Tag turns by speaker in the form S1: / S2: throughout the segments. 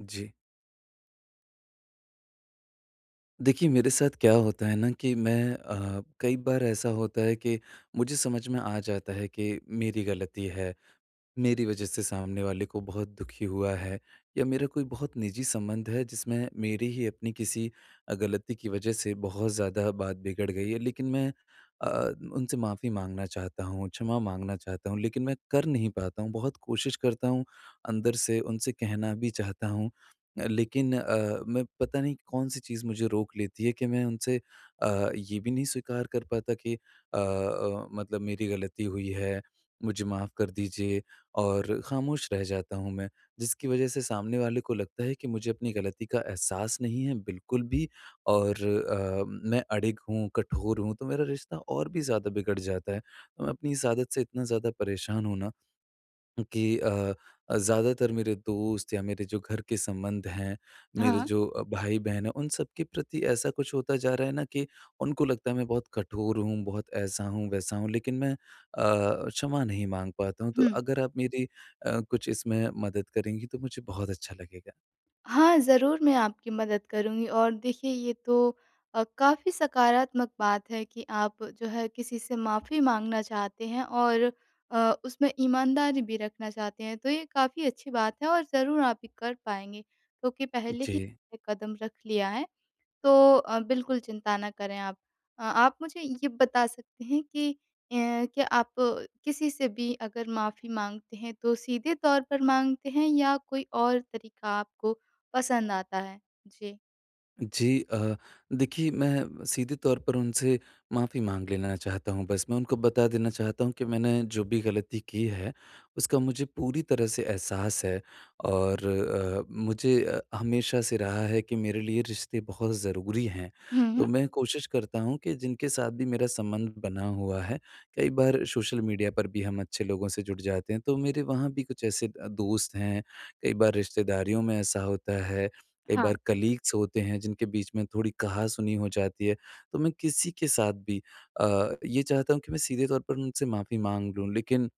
S1: जी। देखिए, मेरे साथ क्या होता है ना कि मैं कई बार ऐसा होता है कि मुझे समझ में आ जाता है कि मेरी गलती है। मेरी वजह से सामने वाले को बहुत दुखी हुआ है या मेरा कोई बहुत निजी संबंध है जिसमें मेरी ही अपनी किसी गलती की वजह से बहुत ज़्यादा बात बिगड़ गई है लेकिन मैं अ, उनसे माफ़ी मांगना चाहता हूँ, क्षमा मांगना चाहता हूँ लेकिन मैं कर नहीं पाता हूँ। बहुत कोशिश करता हूँ, अंदर से उनसे कहना भी चाहता हूँ लेकिन मैं पता नहीं कौन-सी चीज़ मुझे रोक लेती है कि मैं उनसे ये भी नहीं स्वीकार कर पाता कि मतलब मेरी गलती हुई है, मुझे माफ़ कर दीजिए। और खामोश रह जाता हूँ मैं, जिसकी वजह से सामने वाले को लगता है कि मुझे अपनी गलती का एहसास नहीं है बिल्कुल भी और मैं अड़िग हूँ, कठोर हूँ, तो मेरा रिश्ता और भी ज़्यादा बिगड़ जाता है। तो मैं अपनी इस आदत से इतना ज़्यादा परेशान हूँ ना कि ज़्यादातर मेरे दोस्त या मेरे जो घर के संबंध हैं, मेरे
S2: हाँ,
S1: जो भाई-बहन हैं, उन सबके प्रति ऐसा कुछ होता जा रहा है ना कि उनको लगता है मैं बहुत कठोर हूँ, बहुत ऐसा हूँ, वैसा हूँ, लेकिन मैं क्षमा नहीं माँग पाता हूँ। तो
S2: हुँ।
S1: अगर आप मेरी कुछ इसमें मदद करेंगी तो मुझे बहुत अच्छा लगेगा।
S2: हाँ, ज़रूर मैं आपकी मदद करूँगी और देखिए ये तो काफ़ी सकारात्मक बात है कि आप जो है किसी से माफ़ी माँगना चाहते हैं और उसमें ईमानदारी भी रखना चाहते हैं, तो ये काफ़ी अच्छी बात है और ज़रूर आप ये कर पाएँगे, क्योंकि पहले
S1: जी।
S2: ही आपने कदम रख लिया है। तो बिल्कुल चिंता ना करें आप। आप मुझे ये बता सकते हैं कि अ, क्या आप किसी से भी अगर माफ़ी माँगते हैं तो सीधे तौर पर माँगते हैं या कोई और तरीका आपको पसंद आता है? जी।
S1: जी। देखिए मैं सीधे तौर पर उनसे माफ़ी माँग लेना चाहता हूँ, बस मैं उनको बता देना चाहता हूँ कि मैंने जो भी गलती की है, उसका मुझे पूरी तरह से एहसास है और मुझे हमेशा से रहा है कि मेरे लिए रिश्ते बहुत ज़रूरी हैं।
S2: हुँ, हुँ।
S1: तो मैं कोशिश करता हूँ कि जिनके साथ भी मेरा संबंध बना हुआ है, कई बार सोशल मीडिया पर भी हम अच्छे लोगों से जुड़ जाते हैं, तो मेरे वहाँ भी कुछ ऐसे दोस्त हैं, कई बार रिश्तेदारियों में ऐसा होता है, कई बार
S2: हाँ।
S1: कलीग्स होते हैं जिनके बीच में थोड़ी कहा-सुनी हो जाती है, तो मैं किसी के साथ भी अ, ये चाहता हूँ कि मैं सीधे तौर पर उनसे माफ़ी माँग लूँ। लेकिन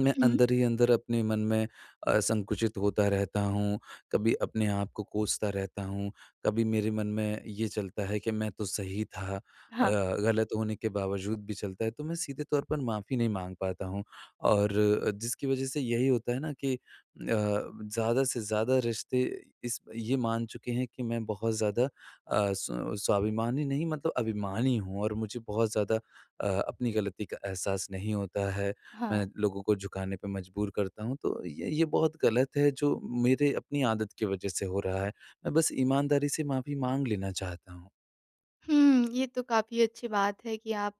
S1: मैं
S2: हुँ।
S1: अंदर ही अंदर अपने मन में संकुचित होता रहता हूँ, कभी अपने आप को कोसता रहता हूँ, कभी मेरे मन में ये चलता है कि मैं तो सही था, अ,
S2: हाँ,
S1: गलत होने के बावजूद भी चलता है, तो मैं सीधे तौर पर माफ़ी नहीं माँग पाता हूँ और जिसकी वज़ह से यही होता है ना कि ज़्यादा से ज़्यादा रिश्ते इस ये मान चुके हैं कि मैं बहुत ज़्यादा स्वाभिमानी नहीं मतलब अभिमानी हूँ और मुझे बहुत ज़्यादा अपनी गलती का एहसास नहीं होता है।
S2: हाँ।
S1: मैं लोगों को झुकाने पे मजबूर करता हूँ, तो ये बहुत गलत है जो मेरे अपनी आदत की वजह से हो रहा है। मैं बस ईमानदारी से माफ़ी माँग लेना चाहता हूँ।
S2: ये तो काफ़ी अच्छी बात है कि आप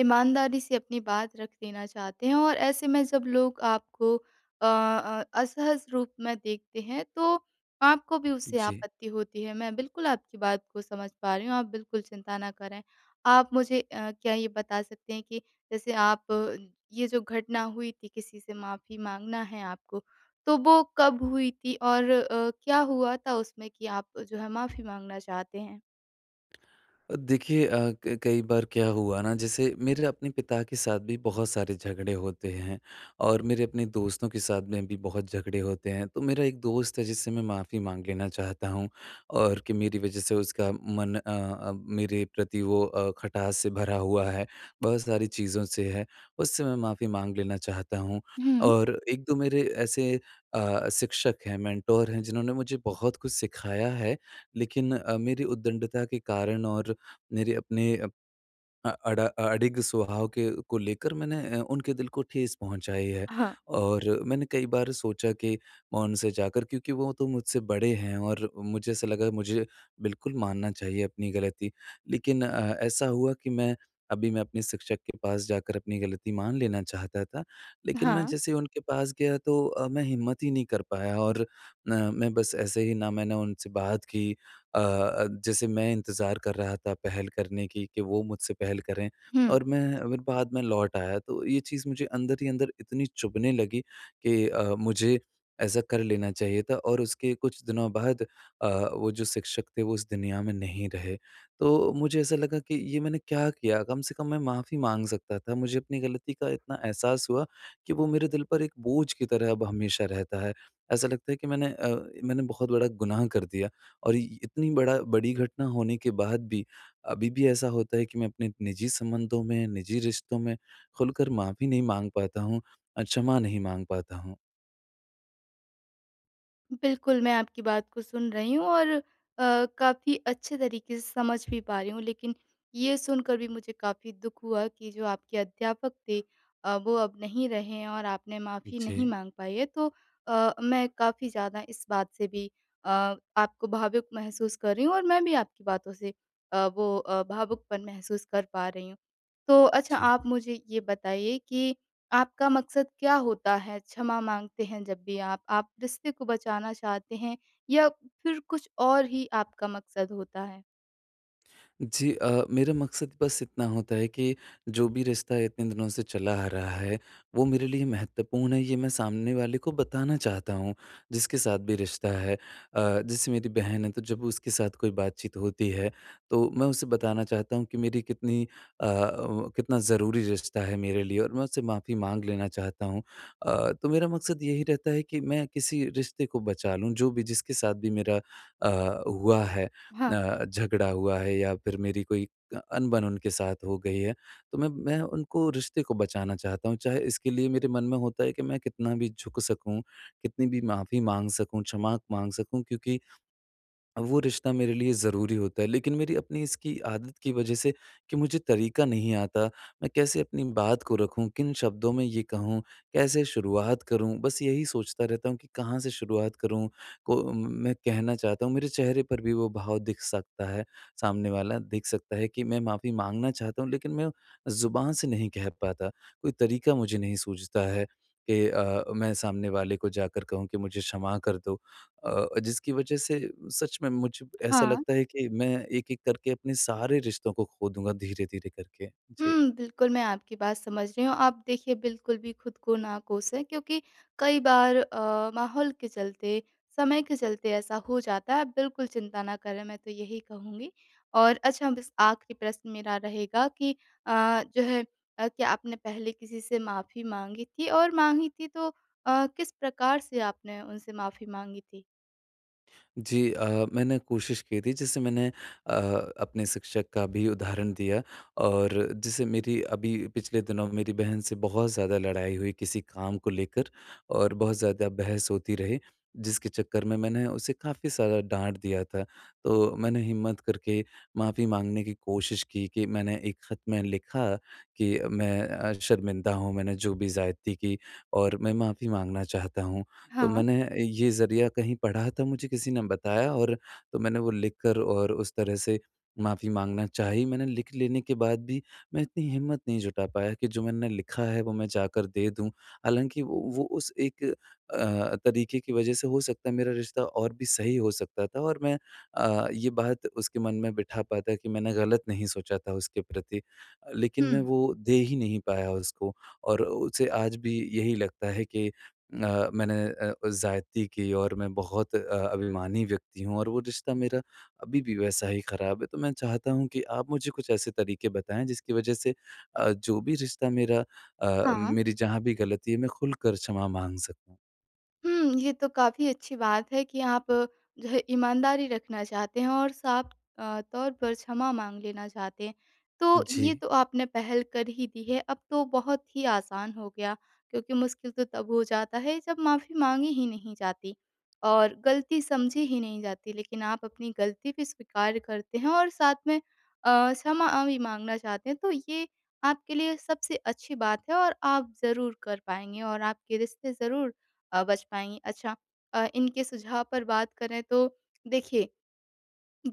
S2: ईमानदारी से अपनी बात रख देना चाहते हैं और ऐसे में जब लोग आपको असहज रूप में देखते हैं, तो आपको भी उससे
S1: जी।
S2: आपत्ति होती है। मैं बिल्कुल आपकी बात को समझ पा रही हूँ, आप बिल्कुल चिंता ना करें। आप मुझे क्या ये बता सकते हैं कि जैसे आप ये जो घटना हुई थी, किसी से माफ़ी माँगना है आपको, तो वो कब हुई थी और क्या हुआ था उसमें कि आप जो है माफ़ी माँगना चाहते हैं?
S1: देखिए अ, क कई बार क्या हुआ ना जैसे मेरे अपने पिता के साथ भी बहुत सारे झगड़े होते हैं और मेरे अपने दोस्तों के साथ में भी बहुत झगड़े होते हैं। तो मेरा एक दोस्त है जिससे मैं माफ़ी माँग लेना चाहता हूँ और कि मेरी वज़ह से उसका मन मेरे प्रति वो खटास से भरा हुआ है, बहुत सारी चीज़ों से है, उससे मैं माफ़ी माँग लेना चाहता हूँ।
S2: हुँ।
S1: और 1-2 मेरे ऐसे शिक्षक हैं, मेंटोर हैं जिन्होंने मुझे बहुत कुछ सिखाया है लेकिन मेरी उद्दंडता के कारण और मेरे अपने अ अड अडिग स्वभाव के को लेकर मैंने उनके दिल को ठेस पहुँचाई है
S2: हाँ।
S1: और मैंने कई बार सोचा कि मैं उनसे जाकर, क्योंकि वो तो मुझसे बड़े हैं और मुझे ऐसा लगा मुझे बिल्कुल मानना चाहिए अपनी गलती। लेकिन ऐसा हुआ कि मैं अभी मैं अपने शिक्षक के पास जाकर अपनी गलती मान लेना चाहता था, लेकिन मैं
S2: हाँ,
S1: जैसे ही उनके पास गया तो मैं हिम्मत ही नहीं कर पाया और मैं बस ऐसे ही ना मैंने उनसे बात की, जैसे मैं इंतज़ार कर रहा था पहल करने की कि वो मुझसे पहल करें
S2: हुँ।
S1: और मैं फिर बाद में लौट आया। तो ये चीज़ मुझे अंदर ही अंदर इतनी चुभने लगी कि मुझे ऐसा कर लेना चाहिए था और उसके कुछ दिनों बाद वो जो शिक्षक थे वो इस दुनिया में नहीं रहे। तो मुझे ऐसा लगा कि ये मैंने क्या किया? कम से कम मैं माफ़ी माँग सकता था। मुझे अपनी गलती का इतना एहसास हुआ कि वो मेरे दिल पर एक बोझ की तरह अब हमेशा रहता है। ऐसा लगता है कि मैंने मैंने बहुत बड़ा गुनाह कर दिया। और इ इतनी बड़ा बड़ी घटना होने के बाद भी अभी भी ऐसा होता है कि मैं अपने निजी संबंधों में, निजी रिश्तों में खुलकर माफ़ी नहीं माँग पाता हूँ और क्षमा नहीं माँग पाता हूँ।
S2: बिल्कुल, मैं आपकी बात को सुन रही हूँ और काफ़ी अच्छे तरीके से समझ भी पा रही हूँ। लेकिन ये सुनकर भी मुझे काफ़ी दुःख हुआ कि जो आपके अध्यापक थे वो अब नहीं रहे हैं और आपने माफ़ी नहीं
S1: जी,
S2: माँग पाई है। तो मैं काफ़ी ज़्यादा इस बात से भी अ, आपको भावुक महसूस कर रही हूँ और मैं भी आपकी बातों से वो भावुकपन महसूस कर पा रही हूँ। तो अच्छा
S1: जी।
S2: आप मुझे ये बताइए कि आपका मकसद क्या होता है? क्षमा माँगते हैं जब भी आप रिश्ते को बचाना चाहते हैं या फिर कुछ और ही आपका मकसद होता है?
S1: जी। मेरा मकसद बस इतना होता है कि जो भी रिश्ता इतने दिनों से चला आ रहा है, वो मेरे लिए महत्वपूर्ण है, ये मैं सामने वाले को बताना चाहता हूँ, जिसके साथ भी रिश्ता है। जैसे मेरी बहन है, तो जब उसके साथ कोई बातचीत होती है, तो मैं उसे बताना चाहता हूँ कि मेरी कितनी कितना ज़रूरी रिश्ता है मेरे लिए और मैं उससे माफ़ी माँग लेना चाहता हूँ। तो मेरा मकसद यही रहता है कि मैं किसी रिश्ते को बचा लूँ, जो भी जिसके साथ भी मेरा हुआ है।
S2: हाँ।
S1: झगड़ा हुआ है या फिर मेरी कोई अनबन उनके साथ हो गई है, तो मैं उनको रिश्ते को बचाना चाहता हूँ। चाहे इसके लिए मेरे मन में होता है कि मैं कितना भी झुक सकूँ, कितनी भी माफ़ी माँग सकूँ, क्षमा माँग सकूँ क्योंकि वो रिश्ता मेरे लिए ज़रूरी होता है। लेकिन मेरी अपनी इसकी आदत की वजह से कि मुझे तरीका नहीं आता, मैं कैसे अपनी बात को रखूँ, किन शब्दों में ये कहूँ, कैसे शुरुआत करूँ? बस यही सोचता रहता हूँ कि कहाँ से शुरुआत करूँ, को मैं कहना चाहता हूँ। मेरे चेहरे पर भी वो भाव दिख सकता है, सामने वाला देख सकता है कि मैं माफ़ी माँगना चाहता हूँ लेकिन मैं ज़ुबान से नहीं कह पाता। कोई तरीका मुझे नहीं सूझता है कि मैं सामने वाले को जाकर कहूँ कि मुझे क्षमा कर दो, जिसकी वजह से सच में मुझे ऐसा
S2: हाँ।
S1: लगता है कि मैं एक-एक करके अपने सारे रिश्तों को खो दूँगा धीरे-धीरे करके। जी।
S2: बिल्कुल, मैं आपकी बात समझ रही हूँ। आप देखिए बिल्कुल भी खुद को ना कोसें, क्योंकि कई बार माहौल के चलते, समय के चलते ऐसा हो जाता है। आप बिल्कुल चिंता ना करें, मैं तो यही कहूँगी। और अच्छा, बस आखिरी प्रश्न मेरा रहेगा कि जो है क्या आपने पहले किसी से माफ़ी माँगी थी, और माँगी थी तो किस प्रकार से आपने उनसे माफ़ी माँगी थी?
S1: जी। मैंने कोशिश की थी जैसे मैंने अ, अपने शिक्षक का भी उदाहरण दिया और जैसे मेरी अभी पिछले दिनों मेरी बहन से बहुत ज़्यादा लड़ाई हुई किसी काम को लेकर और बहुत ज़्यादा बहस होती रही जिसके चक्कर में मैंने उसे काफ़ी सारा डांट दिया था, तो मैंने हिम्मत करके माफ़ी मांगने की कोशिश की कि मैंने एक ख़त में लिखा कि मैं शर्मिंदा हूँ, मैंने जो भी ज़्यादती की और मैं माफ़ी मांगना चाहता हूँ, तो
S2: हाँ।
S1: मैंने ये ज़रिया कहीं पढ़ा था, मुझे किसी ने बताया और तो मैंने वो लिख कर और उस तरह से माफ़ी माँगना चाही। मैंने लिख लेने के बाद भी मैं इतनी हिम्मत नहीं जुटा पाया कि जो मैंने लिखा है वो मैं जाकर दे दूँ। हालाँकि वो उस एक तरीके की वज़ह से हो सकता है मेरा रिश्ता और भी सही हो सकता था और मैं ये बात उसके मन में बिठा पाता कि मैंने गलत नहीं सोचा था उसके प्रति। लेकिन मैं
S2: हुँ,
S1: वो दे ही नहीं पाया उसको और उसे आज भी यही लगता है कि मैंने ज़्यादती की और मैं बहुत अभिमानी व्यक्ति हूँ और वो रिश्ता मेरा अभी भी वैसा ही ख़राब है। तो मैं चाहता हूँ कि आप मुझे कुछ ऐसे तरीके बताएँ जिसकी वजह से जो भी रिश्ता मेरा
S2: हाँ।
S1: मेरी जहाँ भी गलती है मैं खुलकर क्षमा माँग सकूँ।
S2: ये तो काफ़ी अच्छी बात है कि आप जो है ईमानदारी रखना चाहते हैं और साफ तौर पर क्षमा माँग लेना चाहते हैं। तो ये
S1: जी।
S2: तो आपने पहल कर ही दी है, अब तो बहुत ही आसान हो गया, क्योंकि मुश्किल तो तब हो जाता है जब माफ़ी माँगी ही नहीं जाती और गलती समझी ही नहीं जाती। लेकिन आप अपनी गलती भी स्वीकार करते हैं और साथ में क्षमा भी माँगना चाहते हैं, तो ये आपके लिए सबसे अच्छी बात है और आप ज़रूर कर पाएँगे और आपके रिश्ते ज़रूर बच पाएँगी। अच्छा, इनके सुझाव पर बात करें तो देखिए,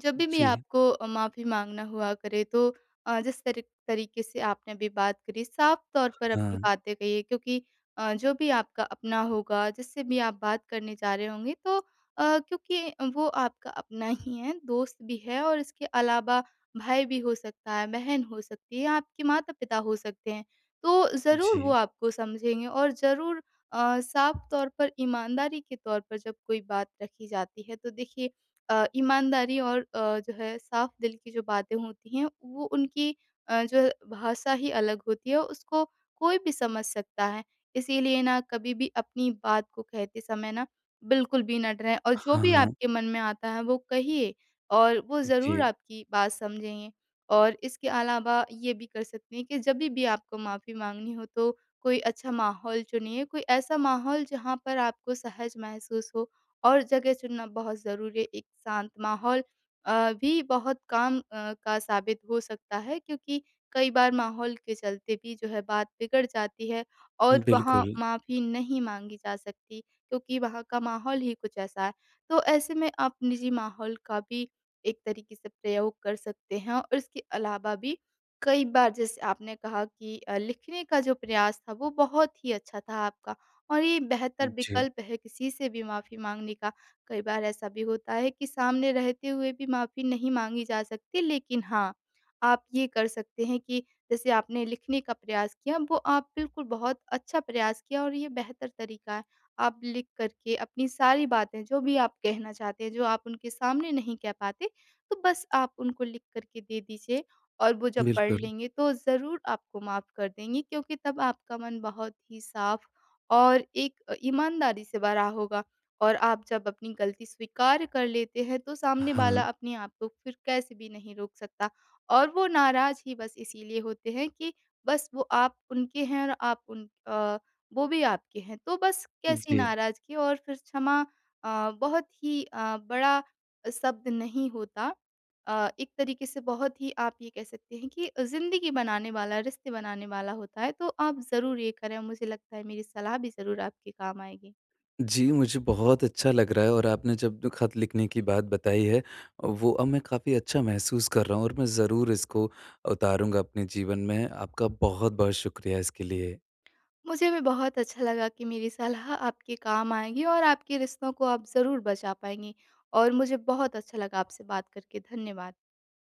S2: जब भी
S1: जी।
S2: आपको माफ़ी माँगना हुआ करे, तो जिस तरीके से आपने अभी बात करी, साफ तौर पर अपनी
S1: हाँ।
S2: बातें कहिए, क्योंकि जो भी आपका अपना होगा, जिससे भी आप बात करने जा रहे होंगे, तो क्योंकि वो आपका अपना ही है, दोस्त भी है और इसके अलावा भाई भी हो सकता है, बहन हो सकती है, आपके माता-पिता हो सकते हैं। तो ज़रूर वो
S1: जी।
S2: आपको समझेंगे। और ज़रूर साफ तौर पर, ईमानदारी के तौर पर जब कोई बात रखी जाती है, तो देखिए ईमानदारी और जो है साफ दिल की जो बातें होती हैं, वो उनकी जो है भाषा ही अलग होती है, उसको कोई भी समझ सकता है। इसीलिए ना कभी भी अपनी बात को कहते समय ना बिल्कुल भी ना डरें, और जो भी
S1: हाँ,
S2: आपके मन में आता है वो कहिए, और वो ज़रूर
S1: जी।
S2: आपकी बात समझेंगे। और इसके अलावा ये भी कर सकते हैं कि जभी भी आपको माफ़ी माँगनी हो, तो कोई अच्छा माहौल चुनिए, कोई ऐसा माहौल जहाँ पर आपको सहज महसूस हो। और जगह चुनना बहुत ज़रूरी है। एक शांत माहौल भी बहुत काम का साबित हो सकता है, क्योंकि कई बार माहौल के चलते भी जो है बात बिगड़ जाती है और वहाँ
S1: बिल्कुल।
S2: माफ़ी नहीं माँगी जा सकती, क्योंकि वहाँ का माहौल ही कुछ ऐसा है। तो ऐसे में आप निजी माहौल का भी एक तरीके से प्रयोग कर सकते हैं। और इसके अलावा भी कई बार, जैसे आपने कहा कि लिखने का जो प्रयास था, वो बहुत ही अच्छा था आपका। और ये बेहतर
S1: जी,
S2: विकल्प है किसी से भी माफ़ी माँगने का। कई बार ऐसा भी होता है कि सामने रहते हुए भी माफ़ी नहीं माँगी जा सकती, लेकिन हाँ, आप ये कर सकते हैं कि जैसे आपने लिखने का प्रयास किया, वो आप बिल्कुल बहुत अच्छा प्रयास किया और ये बेहतर तरीका है। आप लिख कर के अपनी सारी बातें, जो भी आप कहना चाहते हैं, जो आप उनके सामने नहीं कह पाते, तो बस आप उनको लिख कर के दे दीजिए, और वो जब पढ़
S1: बिल्कुल।
S2: लेंगे, तो ज़रूर आपको माफ़ कर देंगे, क्योंकि तब आपका मन बहुत ही साफ़ और एक ईमानदारी से भरा होगा। और आप जब अपनी गलती स्वीकार कर लेते हैं, तो सामने वाला
S1: हाँ।
S2: अपने आप को फिर कैसे भी नहीं रोक सकता, और वो नाराज़ ही बस इसीलिए होते हैं कि बस वो आप उनके हैं और आप वो भी आपके हैं। तो बस कैसी
S1: जी।
S2: नाराज़गी? और फिर क्षमा बहुत ही बड़ा शब्द नहीं होता। एक तरीके से बहुत ही आप ये कह सकते हैं कि ज़िंदगी बनाने वाला, रिश्ते बनाने वाला होता है, तो आप ज़रूर ये करें। मुझे लगता है मेरी सलाह भी ज़रूर आपके काम आएगी।
S1: जी, मुझे बहुत अच्छा लग रहा है और आपने जब जो खत लिखने की बात बताई है, वो अब मैं काफ़ी अच्छा महसूस कर रहा हूँ और मैं ज़रूर इसको उतारूँगा अपने जीवन में। आपका बहुत-बहुत शुक्रिया इसके लिए।
S2: मुझे भी बहुत अच्छा लगा कि मेरी सलाह आपके काम आएगी और आपके रिश्तों को आप ज़रूर बचा पाएँगी, और मुझे बहुत अच्छा लगा आपसे बात करके। धन्यवाद।